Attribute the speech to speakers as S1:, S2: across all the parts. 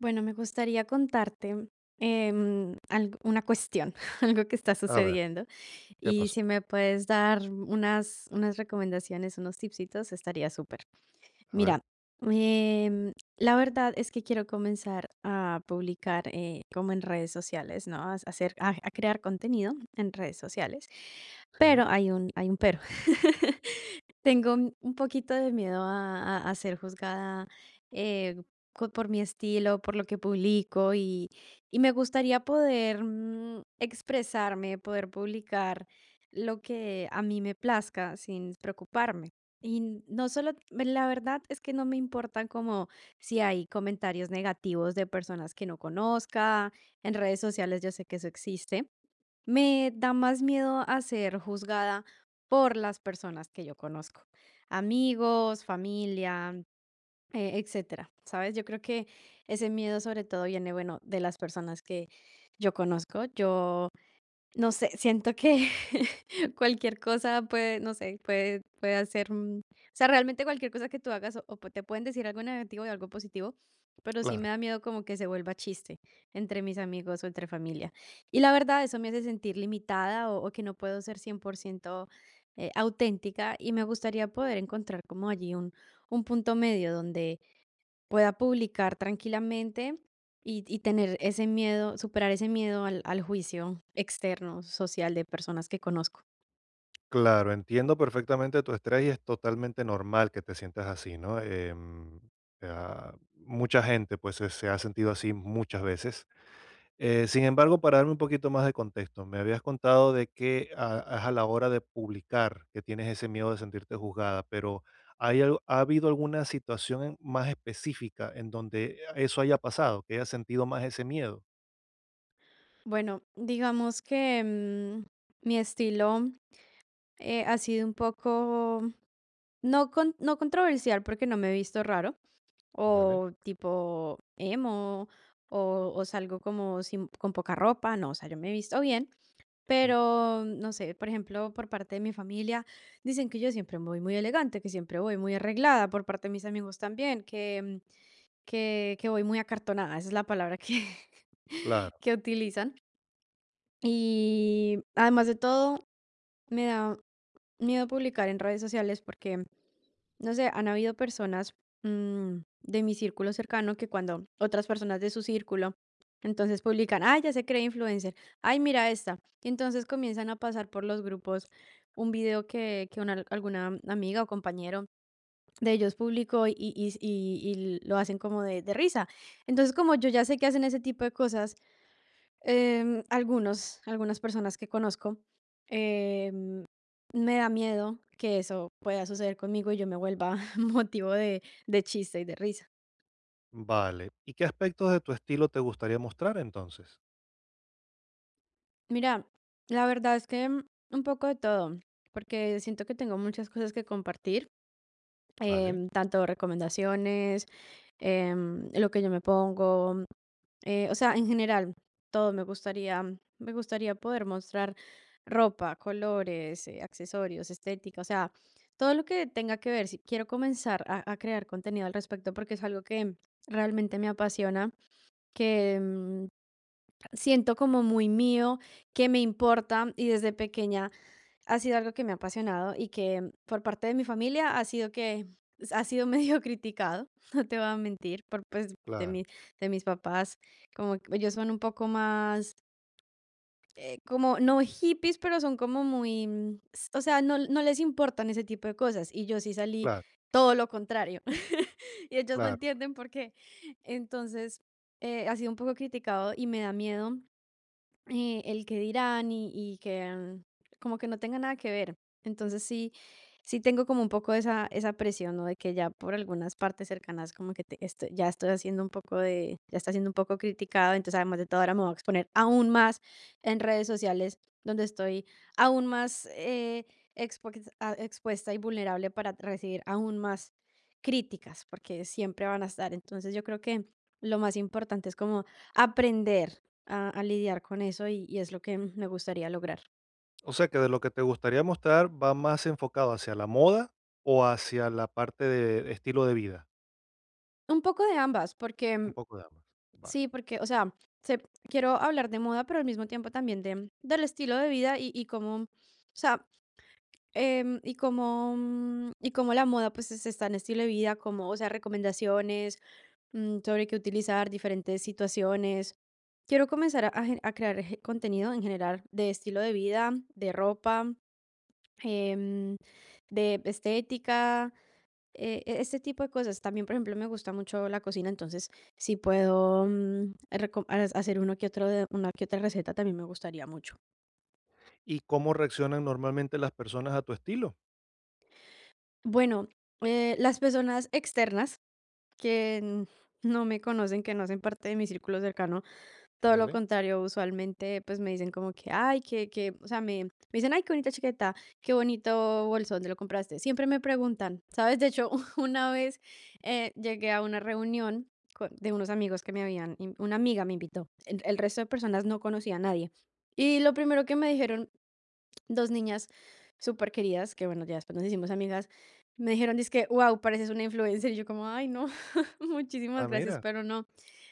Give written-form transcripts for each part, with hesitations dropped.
S1: Bueno, me gustaría contarte una cuestión, algo que está
S2: A ver,
S1: sucediendo.
S2: ¿qué
S1: Y
S2: pasó?
S1: si me puedes dar unas recomendaciones, unos tipsitos, estaría súper.
S2: A ver,
S1: Mira, em, la verdad es que quiero comenzar a publicar como en redes sociales, ¿no? A hacer, a crear contenido en redes sociales,
S2: sí,
S1: pero hay hay un pero. Tengo un poquito de miedo a, a ser juzgada eh, por mi estilo, por lo que publico y me gustaría poder expresarme, poder publicar lo que a mí me plazca sin preocuparme. Y no solo, la verdad es que no me importan como si hay comentarios negativos de personas que no conozca. En redes sociales yo sé que eso existe. Me da más miedo a ser juzgada por las personas que yo conozco, amigos, familia, etcétera. ¿Sabes? Yo creo que ese miedo sobre todo viene, bueno, de las personas que yo conozco. Yo no sé, siento que cualquier cosa puede, no sé, puede hacer, o sea, realmente cualquier cosa que tú hagas o te pueden decir algo negativo y algo positivo, pero sí
S2: claro,
S1: me da miedo como que se vuelva chiste entre mis amigos o entre familia. Y la verdad, eso me hace sentir limitada o que no puedo ser 100% auténtica, y me gustaría poder encontrar como allí un punto medio, pueda publicar tranquilamente y tener ese miedo, superar ese miedo al juicio externo, social de personas que conozco.
S2: claro, entiendo perfectamente tu estrés y es totalmente normal que te sientas así, ¿no? Mucha gente pues se ha sentido así muchas veces. Sin embargo, para darme un poquito más de contexto, me habías contado de que es a la hora de publicar que tienes ese miedo de sentirte juzgada, pero ¿ha habido alguna situación más específica en donde eso haya pasado, que hayas sentido más ese miedo?
S1: Bueno, digamos que mi estilo ha sido un poco no, no controversial, porque no me he visto raro
S2: ¿Vale?
S1: o tipo emo o salgo como con poca ropa, no, o sea, yo me he visto bien.
S2: Mm.
S1: Pero no sé, por ejemplo, por parte de mi familia, dicen que yo siempre voy muy elegante, que siempre voy muy arreglada. Por parte de mis amigos también, que voy muy acartonada, esa es la palabra
S2: Claro.
S1: que utilizan. Y además de todo, me da miedo publicar en redes sociales, porque no sé, han habido personas, de mi círculo cercano, que cuando otras personas de su círculo entonces publican: "Ay, ya se cree influencer. Ay, mira esta". Y entonces comienzan a pasar por los grupos un video que una alguna amiga o compañero de ellos publicó, y lo hacen como de risa. Entonces, como yo ya sé que hacen ese tipo de cosas, em, algunos algunas personas que conozco, em me da miedo que eso pueda suceder conmigo y yo me vuelva motivo de chiste y de risa.
S2: Vale. ¿Y qué aspectos de tu estilo te gustaría mostrar entonces?
S1: Mira, la verdad es que un poco de todo, porque siento que tengo muchas cosas que compartir.
S2: Vale,
S1: Tanto recomendaciones, lo que yo me pongo, o sea, en general, todo me gustaría poder mostrar ropa, colores, accesorios, estética, o sea, todo lo que tenga que ver, si quiero comenzar a crear contenido al respecto, porque es algo que realmente me apasiona, que siento como muy mío, que me importa, y desde pequeña ha sido algo que me ha apasionado, y que por parte de mi familia ha sido que ha sido medio criticado, no te voy a mentir, por pues
S2: claro,
S1: de mis papás, como que ellos son un poco más como no hippies, pero son como muy, o sea, no, no les importan ese tipo de cosas, y yo sí salí
S2: claro,
S1: todo lo contrario y ellos no
S2: claro.
S1: entienden por qué. Entonces, ha sido un poco criticado y me da miedo el que dirán, y que como que no tenga nada que ver. Entonces sí, sí tengo como un poco esa, esa presión, ¿no? De que ya por algunas partes cercanas como que ya estoy haciendo un poco de, ya está siendo un poco criticado. Entonces además de todo ahora me voy a exponer aún más en redes sociales, donde estoy aún más expuesta y vulnerable para recibir aún más críticas, porque siempre van a estar. Entonces yo creo que lo más importante es como aprender a lidiar con eso, y es lo que me gustaría lograr.
S2: O sea que de lo que te gustaría mostrar va más enfocado hacia la moda o hacia la parte de estilo de vida.
S1: Un poco de ambas, porque
S2: Un poco de ambas. Vale.
S1: sí, porque, o sea, quiero hablar de moda, pero al mismo tiempo también de, del estilo de vida y cómo, o sea, em, y cómo, mm, y cómo la moda pues está en estilo de vida, como, o sea, recomendaciones sobre qué utilizar, diferentes situaciones. Quiero comenzar a, a crear contenido en general, de estilo de vida, de ropa, em, de estética. Este tipo de cosas. También, por ejemplo, me gusta mucho la cocina, entonces, si puedo, mm, reco ha hacer uno que otro de una que otra receta, también me gustaría mucho.
S2: ¿Y cómo reaccionan normalmente las personas a tu estilo?
S1: Bueno, las personas externas que n- no me conocen, que no hacen parte de mi círculo cercano, todo lo
S2: Vale.
S1: contrario, usualmente pues me dicen como que, ay, o sea, me dicen, ay, qué bonita chaqueta, qué bonito bolso, ¿dónde lo compraste? Siempre me preguntan, ¿sabes? De hecho, una vez llegué a una reunión de unos amigos que me habían, una amiga me invitó, el resto de personas no conocía a nadie. Y lo primero que me dijeron dos niñas súper queridas, que bueno, ya después nos hicimos amigas, me dijeron, dizque, wow, pareces una influencer. Y yo como, ay, no, muchísimas
S2: Ah,
S1: gracias,
S2: mira.
S1: pero no.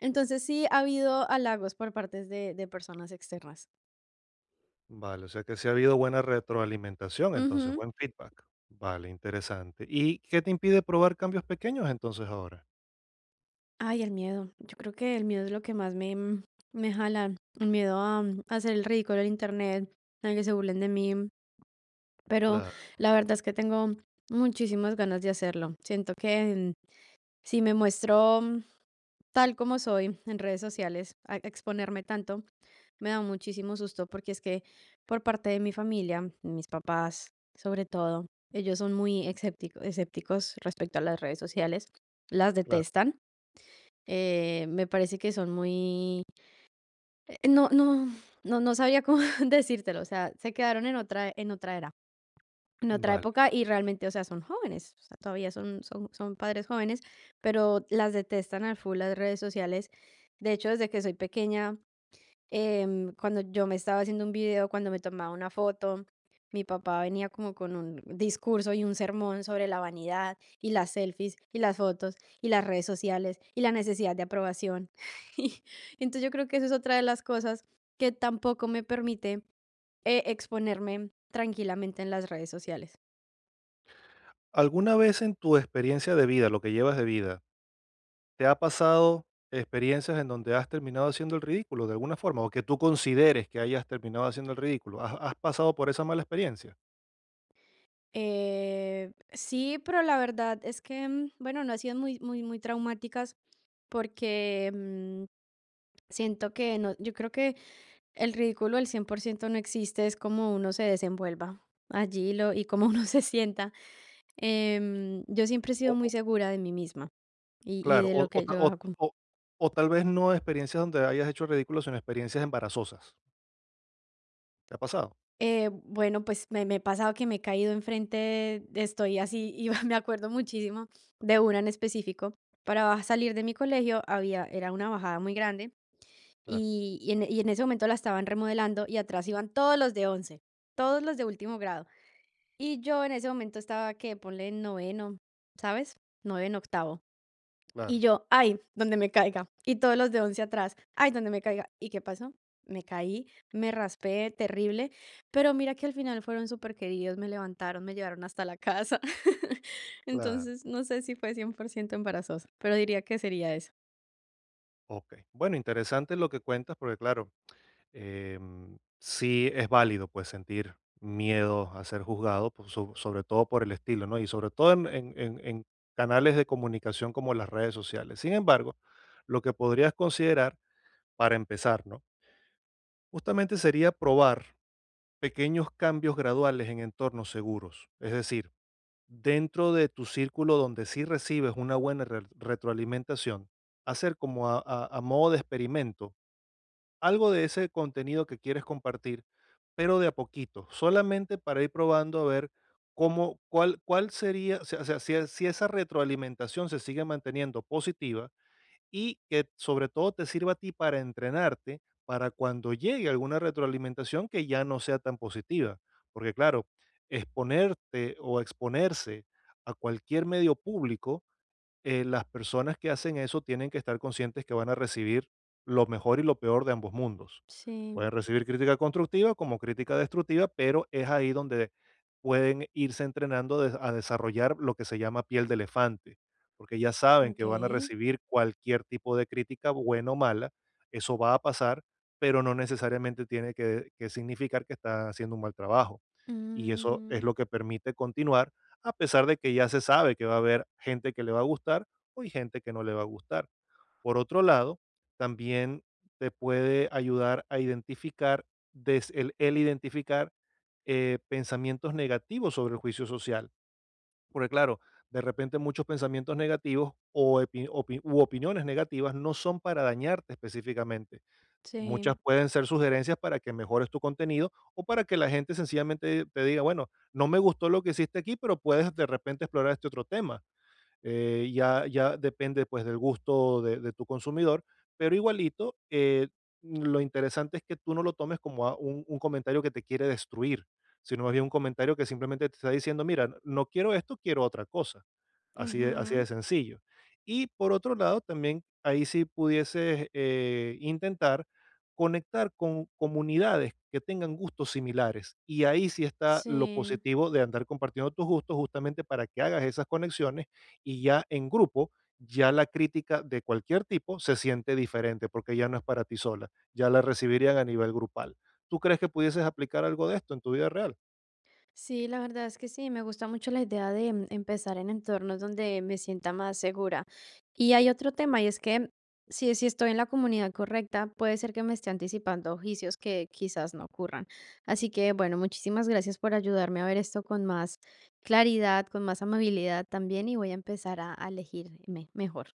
S1: Entonces sí ha habido halagos por partes de personas externas.
S2: Vale, o sea que sí ha habido buena retroalimentación, entonces
S1: Ujú.
S2: buen feedback. Vale, interesante. ¿Y qué te impide probar cambios pequeños entonces ahora?
S1: Ay, el miedo. Yo creo que el miedo es lo que más me, me jala. El miedo a, a hacer el ridículo en internet, a que se burlen de mí. Pero
S2: Claro,
S1: la verdad es que tengo muchísimas ganas de hacerlo. Siento que si me muestro tal como soy en redes sociales, a exponerme tanto, me da muchísimo susto, porque es que por parte de mi familia, mis papás sobre todo, ellos son muy escépticos respecto a las redes sociales, las
S2: claro.
S1: detestan. Me parece que son muy... eh, No, no, no sabía cómo decírtelo, o sea, se quedaron en otra era, en otra
S2: Vale.
S1: época, y realmente, o sea, son jóvenes, o sea, todavía son son padres jóvenes, pero las detestan al full las redes sociales. De hecho, desde que soy pequeña, cuando yo me estaba haciendo un video, cuando me tomaba una foto, mi papá venía como con un discurso y un sermón sobre la vanidad y las selfies y las fotos y las redes sociales y la necesidad de aprobación. Y entonces yo creo que eso es otra de las cosas que tampoco me permite, exponerme tranquilamente en las redes sociales.
S2: ¿Alguna vez en tu experiencia de vida, lo que llevas de vida, te ha pasado experiencias en donde has terminado haciendo el ridículo de alguna forma o que tú consideres que hayas terminado haciendo el ridículo? ¿Has pasado por esa mala experiencia?
S1: Sí, pero la verdad es que, bueno, no han sido muy traumáticas porque siento que no, yo creo que el ridículo del 100% no existe, es como uno se desenvuelva allí y como uno se sienta. Yo siempre he
S2: O,
S1: sido muy
S2: o-
S1: segura de mí misma y
S2: claro,
S1: de lo
S2: o
S1: que
S2: ta-
S1: yo hago.
S2: o tal vez no experiencias donde hayas hecho el ridículo, sino experiencias embarazosas. ¿Te ha pasado?
S1: Bueno, pues me he pasado que me he caído enfrente, estoy así y me acuerdo muchísimo de una en específico. Para salir de mi colegio había, era una bajada muy grande
S2: Claro,
S1: y en ese momento la estaban remodelando, y atrás iban todos los de 11, todos los de último grado. Y yo en ese momento estaba que ponle en noveno, ¿sabes? Noveno, octavo. Y
S2: claro,
S1: yo: "Ay, donde me caiga". Y todos los de 11 atrás: "Ay, donde me caiga". ¿Y qué pasó? Me caí, me raspé terrible, pero mira que al final fueron súper queridos, me levantaron, me llevaron hasta la casa.
S2: claro.
S1: Entonces, no sé si fue cien por ciento embarazosa, pero diría que sería eso.
S2: Ok. Bueno, interesante lo que cuentas porque claro, sí es válido, pues, sentir miedo a ser juzgado, pues, sobre todo por el estilo, ¿no? Y sobre todo en canales de comunicación como las redes sociales. Sin embargo, lo que podrías considerar para empezar, ¿no? Justamente sería probar pequeños cambios graduales en entornos seguros. Es decir, dentro de tu círculo donde sí recibes una buena re retroalimentación, hacer como a modo de experimento algo de ese contenido que quieres compartir, pero de a poquito, solamente para ir probando a ver cuál sería, o sea, si esa retroalimentación se sigue manteniendo positiva y que sobre todo te sirva a ti para entrenarte para cuando llegue alguna retroalimentación que ya no sea tan positiva. Porque claro, exponerte o exponerse a cualquier medio público, las personas que hacen eso tienen que estar conscientes que van a recibir lo mejor y lo peor de ambos mundos.
S1: Sí,
S2: Pueden recibir crítica constructiva como crítica destructiva, pero es ahí donde pueden irse entrenando a desarrollar lo que se llama piel de elefante, porque ya saben que van a
S1: okey.
S2: recibir cualquier tipo de crítica, buena o mala, eso va a pasar, pero no necesariamente tiene que significar que están haciendo un mal trabajo, y eso es
S1: Mm,
S2: lo que permite continuar, a pesar de que ya se sabe que va a haber gente que le va a gustar o hay gente que no le va a gustar. Por otro lado, también te puede ayudar a identificar, el identificar pensamientos negativos sobre el juicio social. Porque claro, de repente muchos pensamientos negativos o u opiniones negativas no son para dañarte específicamente. Muchas
S1: sí,
S2: pueden ser sugerencias para que mejores tu contenido o para que la gente sencillamente te diga, bueno, no me gustó lo que hiciste aquí, pero puedes de repente explorar este otro tema. Ya depende pues del gusto de tu consumidor, pero igualito, lo interesante es que tú no lo tomes como a un comentario que te quiere destruir, sino más bien un comentario que simplemente te está diciendo, mira, no quiero esto, quiero otra cosa. Así de
S1: ujú,
S2: sencillo. Y por otro lado, también ahí sí pudieses intentar conectar con comunidades que tengan gustos similares. Y ahí sí está lo
S1: sí.
S2: positivo de andar compartiendo tus gustos justamente para que hagas esas conexiones y ya en grupo, ya la crítica de cualquier tipo se siente diferente porque ya no es para ti sola, ya la recibirían a nivel grupal. ¿Tú crees que pudieses aplicar algo de esto en tu vida real?
S1: Sí, la verdad es que sí, me gusta mucho la idea de empezar en entornos donde me sienta más segura. Y hay otro tema, y es que si, si estoy en la comunidad correcta, puede ser que me esté anticipando juicios que quizás no ocurran. Así que, bueno, muchísimas gracias por ayudarme a ver esto con más claridad, con más amabilidad también, y voy a empezar a elegirme mejor.